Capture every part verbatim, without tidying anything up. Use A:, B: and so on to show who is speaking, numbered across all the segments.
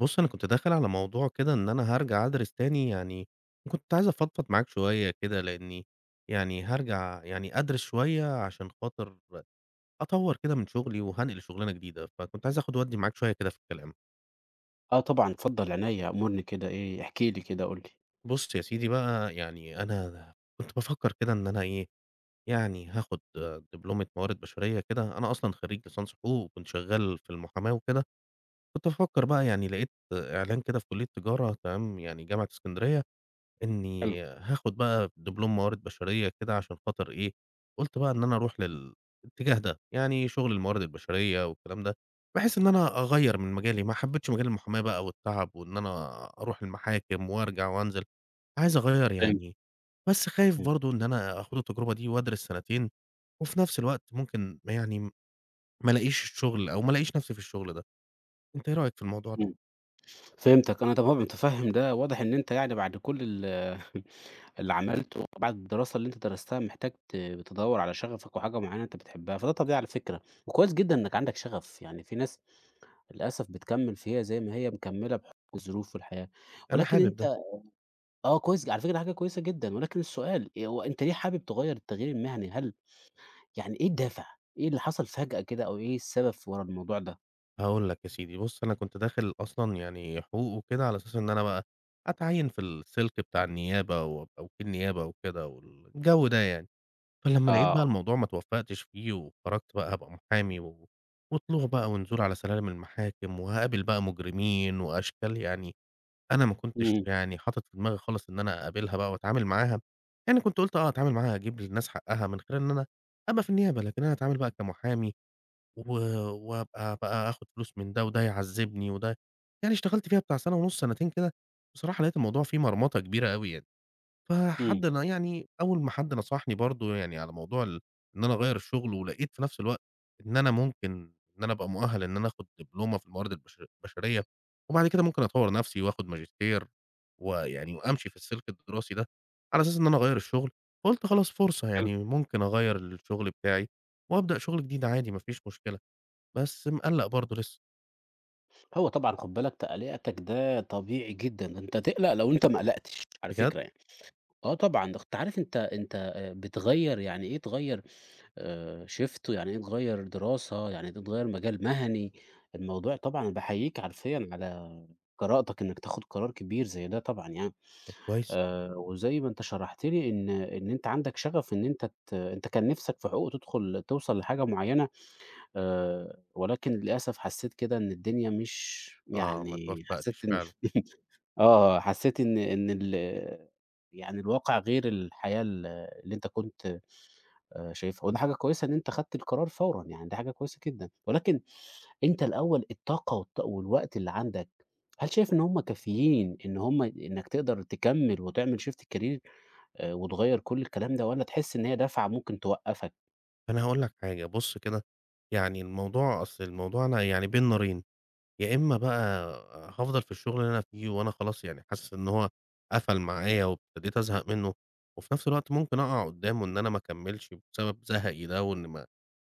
A: بُص، أنا كنت داخل على موضوع كده إن أنا هارجع أدرس تاني يعني، وكنت عايز أفضفض معاك شوية كده لإني يعني هارجع يعني أدرس شوية عشان خاطر أطوّر كده من شغلي وهانقل لشغلانة جديدة، فكنت عايز آخُد وأدّي معاك شوية كده في الكلام.
B: آه طبعًا، اتفضّل عينيّا، أمُرني كده إيه، احكِ لي كده قُل لي.
A: بُص يا سيدي بقى، يعني أنا كنت بافكّر كده إن أنا إيه، يعني هاخُد آه، دبلومة موارد بشرية كده، أنا أصلًا خرّيج ليسانس حقوق وكنت شغّال في المحاماة وكده، كنت بافكّر بقى يعني لقيت آه، إعلان كده في كلية تجارة تمام، يعني جامعة إسكندرية
B: حلو.
A: إني هاخد بقى دبلوم موارد بشرية كده عشان خاطر إيه، قُلت بقى إن أنا أروح للاتجاه ده، يعني شغل الموارد البشرية والكلام ده، بحيث إن أنا أغيّر من مجالي، ما حبيتش مجال المحاماة بقى والتعب وإن أنا أروح المحاكم وأرجع وأنزل، عايز أغيّر
B: فهمت.
A: يعني بس خايف
B: إمم.
A: برضه إن أنا آخد التجربة دي وأدرس سنتين، وفي نفس الوقت ممكن يعني ما ألاقيش الشغل أو ما ألاقيش نفسي في الشغل ده، أنت إيه رأيك في الموضوع ده؟
B: إمم. فهمتك، أنا طبعًا متفهّم ده، واضح إن أنت يعني بعد كل ال اللي عملته بعد الدراسة اللي أنت درستها محتاج ت تدوّر على شغفك وحاجة معيّنة أنت بتحبها، فده طبيعي على فكرة، وكويس جدًا إنّك عندك شغف. يعني في ناس للأسف بتكمّل فيها زي ما هي مكمّلة بحُكم الظروف والحياة،
A: أنا
B: ولكن
A: حابب
B: أنت،
A: ده.
B: آه كويس على فكرة، دي حاجة كويسة جدًا. ولكن السؤال إيه، هو أنت ليه حابب تغيّر التغيير المهني؟ هل يعني إيه الدافع؟ إيه اللي حصل فجأة كده، أو إيه السبب ف ورا الموضوع ده؟
A: هاقول لك يا سيدي، بُص أنا كنت داخل أصلًا يعني حقوق وكده على أساس إن أنا بقى أتعيّن في السلك بتاع النيابة وأبقى وكيل نيابة وكده والجو ده يعني، فلمّا لقيت بقى
B: آه.
A: الموضوع ما اتوفّقتش فيه وخرجت بقى أبقى محامي و وطلوع بقى ونزول على سلالم المحاكم وهاقابل بقى مجرمين وأشكال يعني أنا ما كنتش
B: إمم.
A: يعني حاطط في دماغي خالص إن أنا أقابلها بقى وأتعامل معاها، يعني كنت قُلت آه، أتعامل معاها أجيب للناس حقّها من خلال إن أنا أبقى في النيابة، لكن أنا أتعامل بقى كمحامي و وأبقى بقى آخُد فلوس من ده، وده يعذّبني وده يعني اشتغلت فيها بتاع سَنة ونُص، سَنتين كده، بصراحة لقيت الموضوع فيه مرمطة كبيرة أوي يعني.
B: إمم.
A: فحد ن يعني أول ما حد نصحني برضه يعني على موضوع ال إن أنا أغيّر الشُغل، ولقيت في نَفْس الوقت إن أنا ممكن إن أنا أبقى مؤهَّل إن أنا آخُد دبلومة في الموارد البش البشرية، وبعد كده ممكن أطوّر نَفْسي وآخُد ماجستير ويعني وأمشي في السِلك الدراسي ده، على أساس إن أنا أغيّر الشُغل، فقُلت خلاص فرصة
B: حلو.
A: يعني ممكن أغيّر الشُغل بتاعي وأبدأ شُغل جديد عادي ما فيش مشكلة. بس مقلّق برضه لسه.
B: هو طبعًا خُد بالك، تقلقتك ده طبيعي جدًا، ده أنت تقلق لو أنت ما قلقتش على
A: بجد؟
B: فكرة يعني. آه طبعًا، ده أنت عارف، أنت أنت آآ بتغيّر، يعني إيه تغيّر، آآ shift، ويعني إيه تغيّر دراسة، يعني إيه تغيّر مجال مهني. الموضوع طبعًا أنا باحييك حرفيًا على جرأتك إنّك تاخُد قرار كبير زي ده طبعًا يعني.
A: طب كويس.
B: آآ وزي ما أنت شرحت لي إن إن أنت عندك شغف، إن أنت ت أنت كان نِفْسك في حقوق تدخُل توصل لحاجة معيّنة، آآ، ولكن للأسف حسّيت كده إن الدنيا مش،
A: آه، ما
B: يعني حسّيت
A: اتوفّقتش
B: إن
A: فعلًا.
B: آه، حسّيت إن إن ال يعني الواقع غير الحياة ال اللي أنت كنت آآ، شايفها. وده حاجة كويسة إن أنت خدت القرار فورًا، يعني دي حاجة كويسة جدًا. ولكن أنت الأول الطاقة والط والوقت اللي عندك، هل شايف إن هُم كافيين، إن هُم إنك تقدر تكمّل وتعمل shift career، آآ، وتغيّر كل الكلام ده، والّا تحس إن هي دفعة ممكن توقّفك؟
A: فأنا هاقول لك حاجة، بُص كده، يعني الموضوع أصل الموضوع أنا يعني بين نارين، يا إمّا بقى هافضل في الشغل اللي أنا فيه وأنا خلاص يعني حاسس إن هو قفل معايا وابتديت أزهق منّه، وفي نفس الوقت ممكن أقع قدّامه إن أنا ما أكمّلش بسبب زهقي ده وإن ما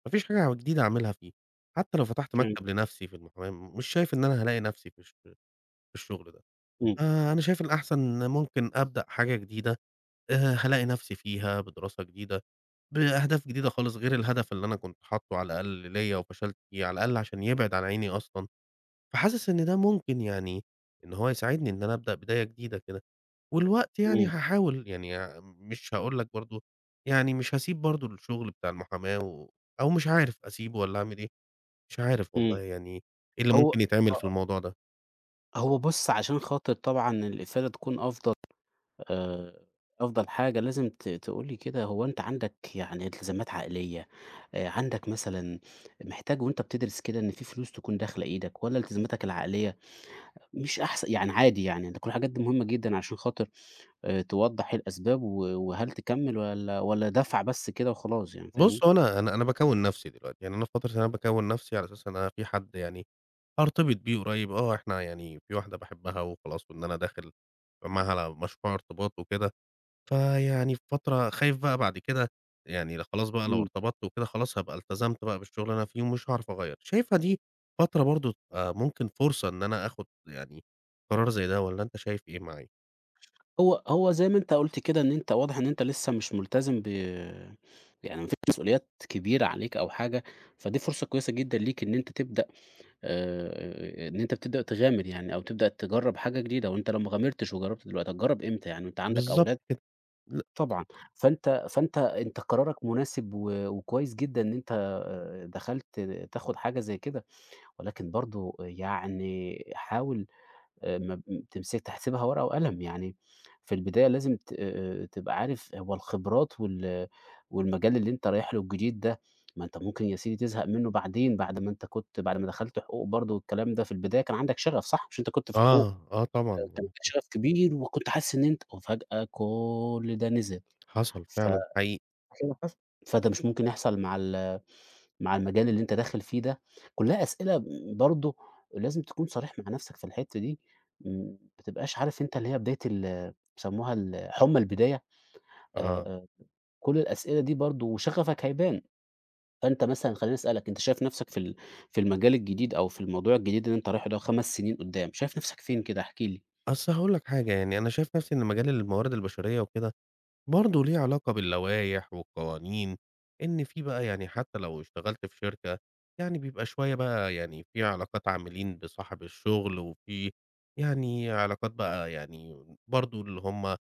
A: ما فيش حاجة جديدة أعملها فيه. حتى لو فتحت
B: إمم.
A: مكتب لنفسي في المحاماة، مش شايف إن أنا هالاقي نفسي في الش في الشغل ده.
B: إمم.
A: آآ أنا شايف الأحسن ممكن أبدأ حاجة جديدة آآ هالاقي نفسي فيها بدراسة جديدة، بأهداف جديدة خالص غير الهدف اللي أنا كنت حاطّه على الأقل ليّا وفشلت فيه، على الأقل عشان يبعد عن عيني أصلًا، فحاسس إن ده ممكن يعني إن هو يساعدني إن أنا أبدأ بداية جديدة كده، والوقت يعني
B: إمم.
A: هاحاول يعني ع مش هاقول لك برضه يعني مش هاسيب برضه الشغل بتاع المحاماة و أو مش عارف أسيبه والّا أعمل إيه، مش عارف
B: إمم.
A: والله يعني إيه اللي
B: هو
A: ممكن يتعمل في
B: آه.
A: الموضوع ده.
B: هو بُص، عشان خاطر طبعًا الإفادة تكون أفضل، آآ، أفضل حاجة لازم ت تقول لي كده، هو أنت عندك يعني التزامات عائلية، آآ، عندك مثلًا، محتاج وأنت بتدرس كده إن في فلوس تكون داخلة إيدك، والّا التزاماتك العائلية مش أحسن يعني، عادي يعني. ده كل الحاجات دي مهمة جدًا عشان خاطر آآ، توضّح إيه الأسباب، و وهل تكمّل والّا والّا دفعة بس كده وخلاص يعني، فاهمني؟
A: بُص، هو أنا أنا أنا باكوّن نَفْسي دلوقتي، يعني أنا في فترة إن أنا باكوّن نَفْسي على أساس أنا في حد يعني هارتبط بيه قريب آه، إحنا يعني في واحدة باحبها وخلاص وإن أنا داخل معاها على مشروع ارتباط وكده، فيعني في فترة خايف بقى بعد كده يعني ل خلاص بقى لو
B: إمم.
A: ارتبطت وكده خلاص هابقى التزمت بقى بالشغل اللي أنا فيه ومش هاعرف أغيّر، شايفها دي فترة برضه تبقى ممكن فرصة إن أنا آخُد يعني قرار زي ده والّا أنت شايف إيه معايا؟
B: هو هو زي ما أنت قُلت كده، إن أنت واضح إن أنت لسه مش ملتزم ب يعني، ما فيش مسؤوليات كبيرة عليك أو حاجة. فدي فرصة كويسة جدًا ليك إن أنت تبدأ آآ إن أنت بتبدأ تغامر يعني، أو تبدأ تجرّب حاجة جديدة. وأنت لو ما غامرتش وجرّبت دلوقتي، هتجرّب إمتى يعني، وأنت عندك
A: بالضبط
B: أولاد؟
A: كده، لأ
B: طبعًا. فأنت فأنت أنت قرارك مناسب، و وكويس جدًا إن أنت آآ دخلت تاخد حاجة زي كده. ولكن برضه يعني حاول، آآ ما تمسك تحسبها ورقة وقلم، يعني في البداية لازم ت آآ تبقى عارف هو الخبرات وال والمجال اللي أنت رايح له الجديد ده. ما أنت ممكن يا سيدي تزهق منه بعدين، بعد ما أنت كنت، بعد ما دخلت حقوق برضه والكلام ده، في البداية كان عندك شغف صح؟ مش أنت كنت في حقوق؟
A: آه، آه
B: آه، كان عندك
A: طبعًا،
B: شغف كبير، وكنت حاسس إن أنت، وفجأة كل ده نزل.
A: حصل
B: ف
A: فعلًا حقيقي،
B: اللي حصل، فده مش ممكن يحصل مع ال مع المجال اللي أنت داخل فيه ده؟ كلّها أسئلة برضه، لازم تكون صريح مع نَفْسك في الحتّة دي. ما تبقاش عارف، أنت اللي هي بداية ال بيسموها ال حُمّى البداية. آآ،
A: آه.
B: آآ، كل الأسئلة دي برضه وشغفك هيبان. فأنت مثلًا خلّيني أسألك، أنت شايف نَفْسك في ال في المجال الجديد، أو في الموضوع الجديد اللي أنت رايحه ده، خمس سنين قدّام، شايف نَفْسك فين كده احكِ لي؟
A: أصل هاقول لك حاجة، يعني أنا شايف نَفْسي إن مجال الموارد البشرية وكده برضه ليه علاقة باللوائح والقوانين، إن في بقى يعني حتّى لو اشتغلت في شركة، يعني بيبقى شوية بقى يعني في علاقات عاملين بصاحب الشغل، وفي يعني علاقات بقى يعني برضه اللي هم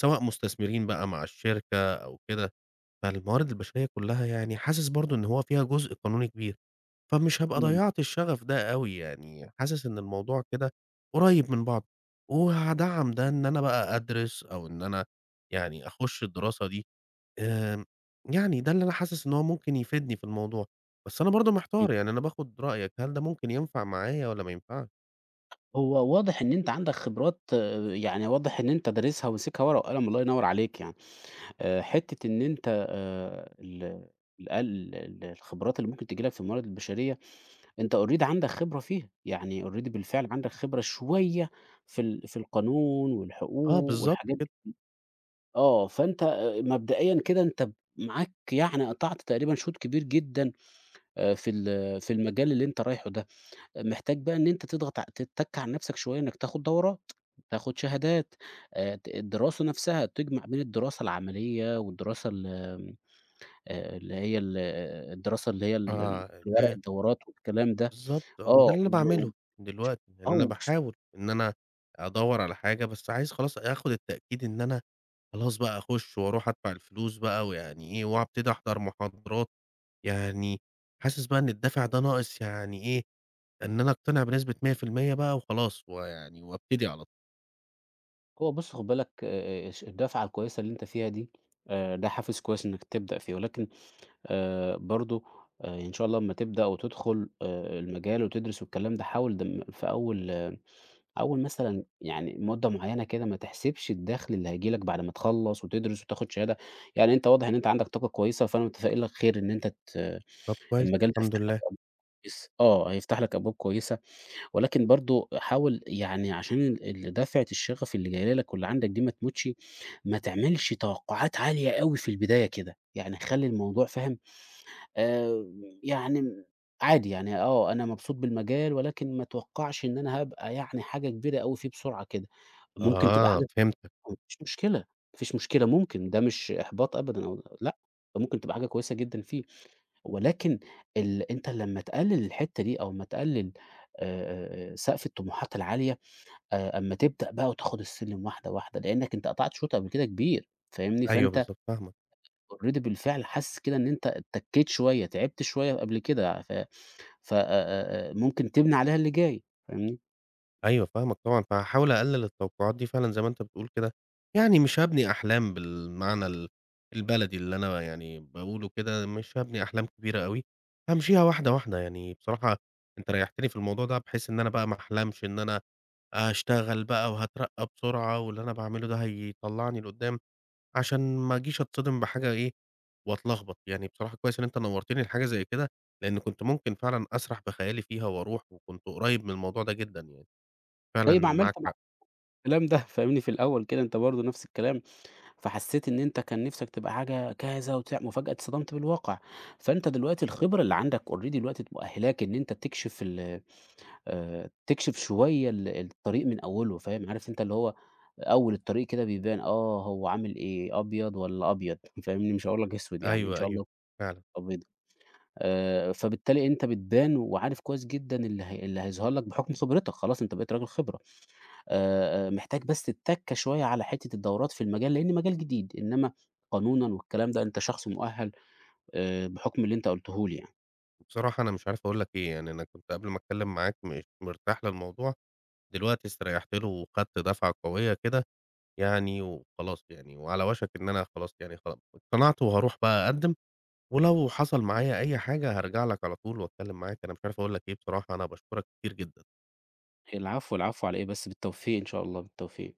A: سواء مستثمرين بقى مع الشركة أو كده، فالموارد البشرية كُلّها يعني حاسس برضه إن هو فيها جزء قانوني كبير. فمش هابقى
B: إمم.
A: ضيّعت الشغف ده أوي يعني، حاسس إن الموضوع كده قريب من بعضه، وهادعّم ده إن أنا بقى أدرس أو إن أنا يعني أخُش الدراسة دي، آمم، يعني ده اللي أنا حاسس إن هو ممكن يفيدني في الموضوع، بس أنا برضه
B: إمم.
A: محتار يعني أنا باخد رأيك، هل ده ممكن ينفع معايا والّا ما ينفعش؟
B: هو واضح إن أنت عندك خبرات، آه يعني واضح إن أنت دارسها وماسكها ورقة وقلم، الله ينوّر عليك يعني. آآ حتّة إن أنت، آآ ال الأل ال الخبرات اللي ممكن تيجي لك في الموارد البشرية، أنت already عندك خبرة فيها، يعني already بالفعل عندك خبرة شوية في ال في القانون
A: آه
B: والحقوق
A: بالضبط
B: والحاجات دي،
A: كده،
B: آه، فأنت آآ مبدئيًا كده أنت ب معاك يعني قطعت تقريبًا شوط كبير جدًا، آآ في ال في المجال اللي أنت رايحه ده. محتاج بقى إن أنت تضغط ع تتَّك على نَفْسك شوية، إنّك تاخد دورات، تاخد شهادات، آآ ت الدراسة نَفْسها، تجمع بين الدراسة العملية والدراسة ال آآ اللي هي ال آه، الدراسة اللي هي ال
A: آه،
B: الورق،
A: لا
B: الدورات والكلام ده.
A: بالضبط آه، ما ده
B: آه،
A: اللي أنا
B: و،
A: باعمله دلوقتي،
B: آه،
A: يعني أنا
B: وما فيش.
A: باحاول إن أنا أدوّر على حاجة، بس عايز خلاص آخد التأكيد إن أنا خلاص بقى أخُش وأروح أدفع الفلوس بقى ويعني إيه، وأبتدي أحضر محاضرات، يعني حاسس بقى إن الدافع ده ناقص يعني إيه، إن أنا أقتنع بنسبة مية في المية بقى وخلاص ويعني وأبتدي على طول.
B: هو بُص خُد بالك، آآ الش الدفعة الكويسة اللي أنت فيها دي، آآ ده حافز كويس إنك تبدأ فيه. ولكن آآ برضه، آآ إن شاء الله أمّا تبدأ وتدخل آآ المجال وتدرس والكلام ده، حاول دم في أول آه، أول مثلًا يعني مدة معيّنة كده، ما تحسبش الدخل اللي هييجي لك بعد ما تخلّص وتدرس وتاخد شهادة. يعني أنت واضح إن أنت عندك طاقة كويسة، فأنا متفائل لك خير إن أنت ت
A: طب كويس،
B: المجال ده
A: الحمد
B: هيفتح لك
A: لله.
B: أبواب كويسة. آه، هيفتح لك أبواب كويسة. ولكن برضه حاول يعني، عشان ال ال دافعة الشغف اللي جاية لك واللي عندك دي ما تموتش، ما تعملش توقعات عالية أوي في البداية كده. يعني خلّي الموضوع فاهم. آآ يعني عادي يعني، آه، أنا مبسوط بالمجال، ولكن ما اتوقعش إن أنا هابقى يعني حاجة كبيرة أوي فيه بسرعة كده. ممكن تبقى
A: آه،
B: حاجة
A: فهمتك،
B: ما فيش مشكلة، ما فيش مشكلة ممكن. ده مش إحباط أبدًا أو لأ، ده ممكن تبقى حاجة كويسة جدًا فيه. ولكن ال أنت لمّا تقلل الحتة دي، أو أمّا تقلل آآ، آآ، سقف الطموحات العالية، آآ، أمّا تبدأ بقى وتاخد السلم واحدة، واحدة، لأنك أنت قطعت شوط قبل كده كبير، فاهمني؟
A: أيوه
B: فأنت
A: بالضبط، فاهمك.
B: already بالفعل حاسس كده إن أنت اتّكيت شوية، تعبت شوية قبل كده، ف ف آآ، آآ، آآ، ممكن تبني عليها اللي جاي، فاهمني؟
A: أيوه فاهمك طبعًا، فهاحاول أقلل التوقعات دي فعلًا زي ما أنت بتقول كده، يعني مش هابني أحلام بالمعنى ال البلدي اللي أنا يعني باقوله كده، مش هابني أحلام كبيرة أوي، هامشيها واحدة، واحدة، يعني بصراحة أنت ريّحتني في الموضوع ده بحيث إن أنا بقى ما أحلمش إن أنا هاشتغل بقى وهاترقى بسرعة واللي أنا باعمله ده هيطلعني لقدام، عشان ما أجيش أتصدم بحاجة إيه وأتلخبط، يعني بصراحة كويس إن أنت نورتني لحاجة زي كده، لأن كنت ممكن فعلًا أسرح بخيالي فيها وأروح وكنت قريب من الموضوع ده جدًا يعني. فعلًا
B: زي ما عملت
A: معاك
B: مع
A: حق.
B: الكلام ده، فاهمني؟ في الأول كده أنت برضه نفس الكلام. فحسيت إن أنت كان نِفْسك تبقى حاجة كذا، وت وفجأة اتصدمت بالواقع. فأنت دلوقتي الخبرة اللي عندك already دلوقتي مؤهلاك إن أنت تكشف ال آآ، تكشف شوية ال الطريق من أوله، فاهم؟ عارف أنت اللي هو أول الطريق كده بيبان، آه، هو عامل إيه، أبيض والّا أبيض، فاهمني، مش هاقول لك أسود، يعني إن
A: أيوه،
B: شاء
A: أيوه
B: الله
A: فعلًا.
B: أبيض. آآ، فبالتالي أنت بتبان، وعارف كويس جدًا اللي هي اللي هيظهر لك بحكم خبرتك، خلاص أنت بقيت راجل خبرة. آآ، آآ، محتاج بس تتَّكى شوية على حتّة الدورات في المجال، لإن مجال جديد. إنّما قانونًا والكلام ده أنت شخص مؤهَّل، آآ، بحُكم اللي أنت قُلته لي يعني.
A: بصراحة أنا مش عارف أقول لك إيه، يعني أنا كنت قبل ما أتكلم معاك مش مرتاح للموضوع، دلوقتي استريحت له وخدت دفعة قوية كده يعني وخلاص يعني، وعلى وشك إن أنا خلاص يعني خلا اقتنعت وهاروح بقى أقدّم، ولو حصل معايا أي حاجة هارجع لك على طول وأتكلم معاك، أنا مش عارف أقول لك إيه بصراحة، أنا باشكرك كتير جدًا.
B: العفو، العفو على إيه بس، بالتوفيق إن شاء الله، بالتوفيق.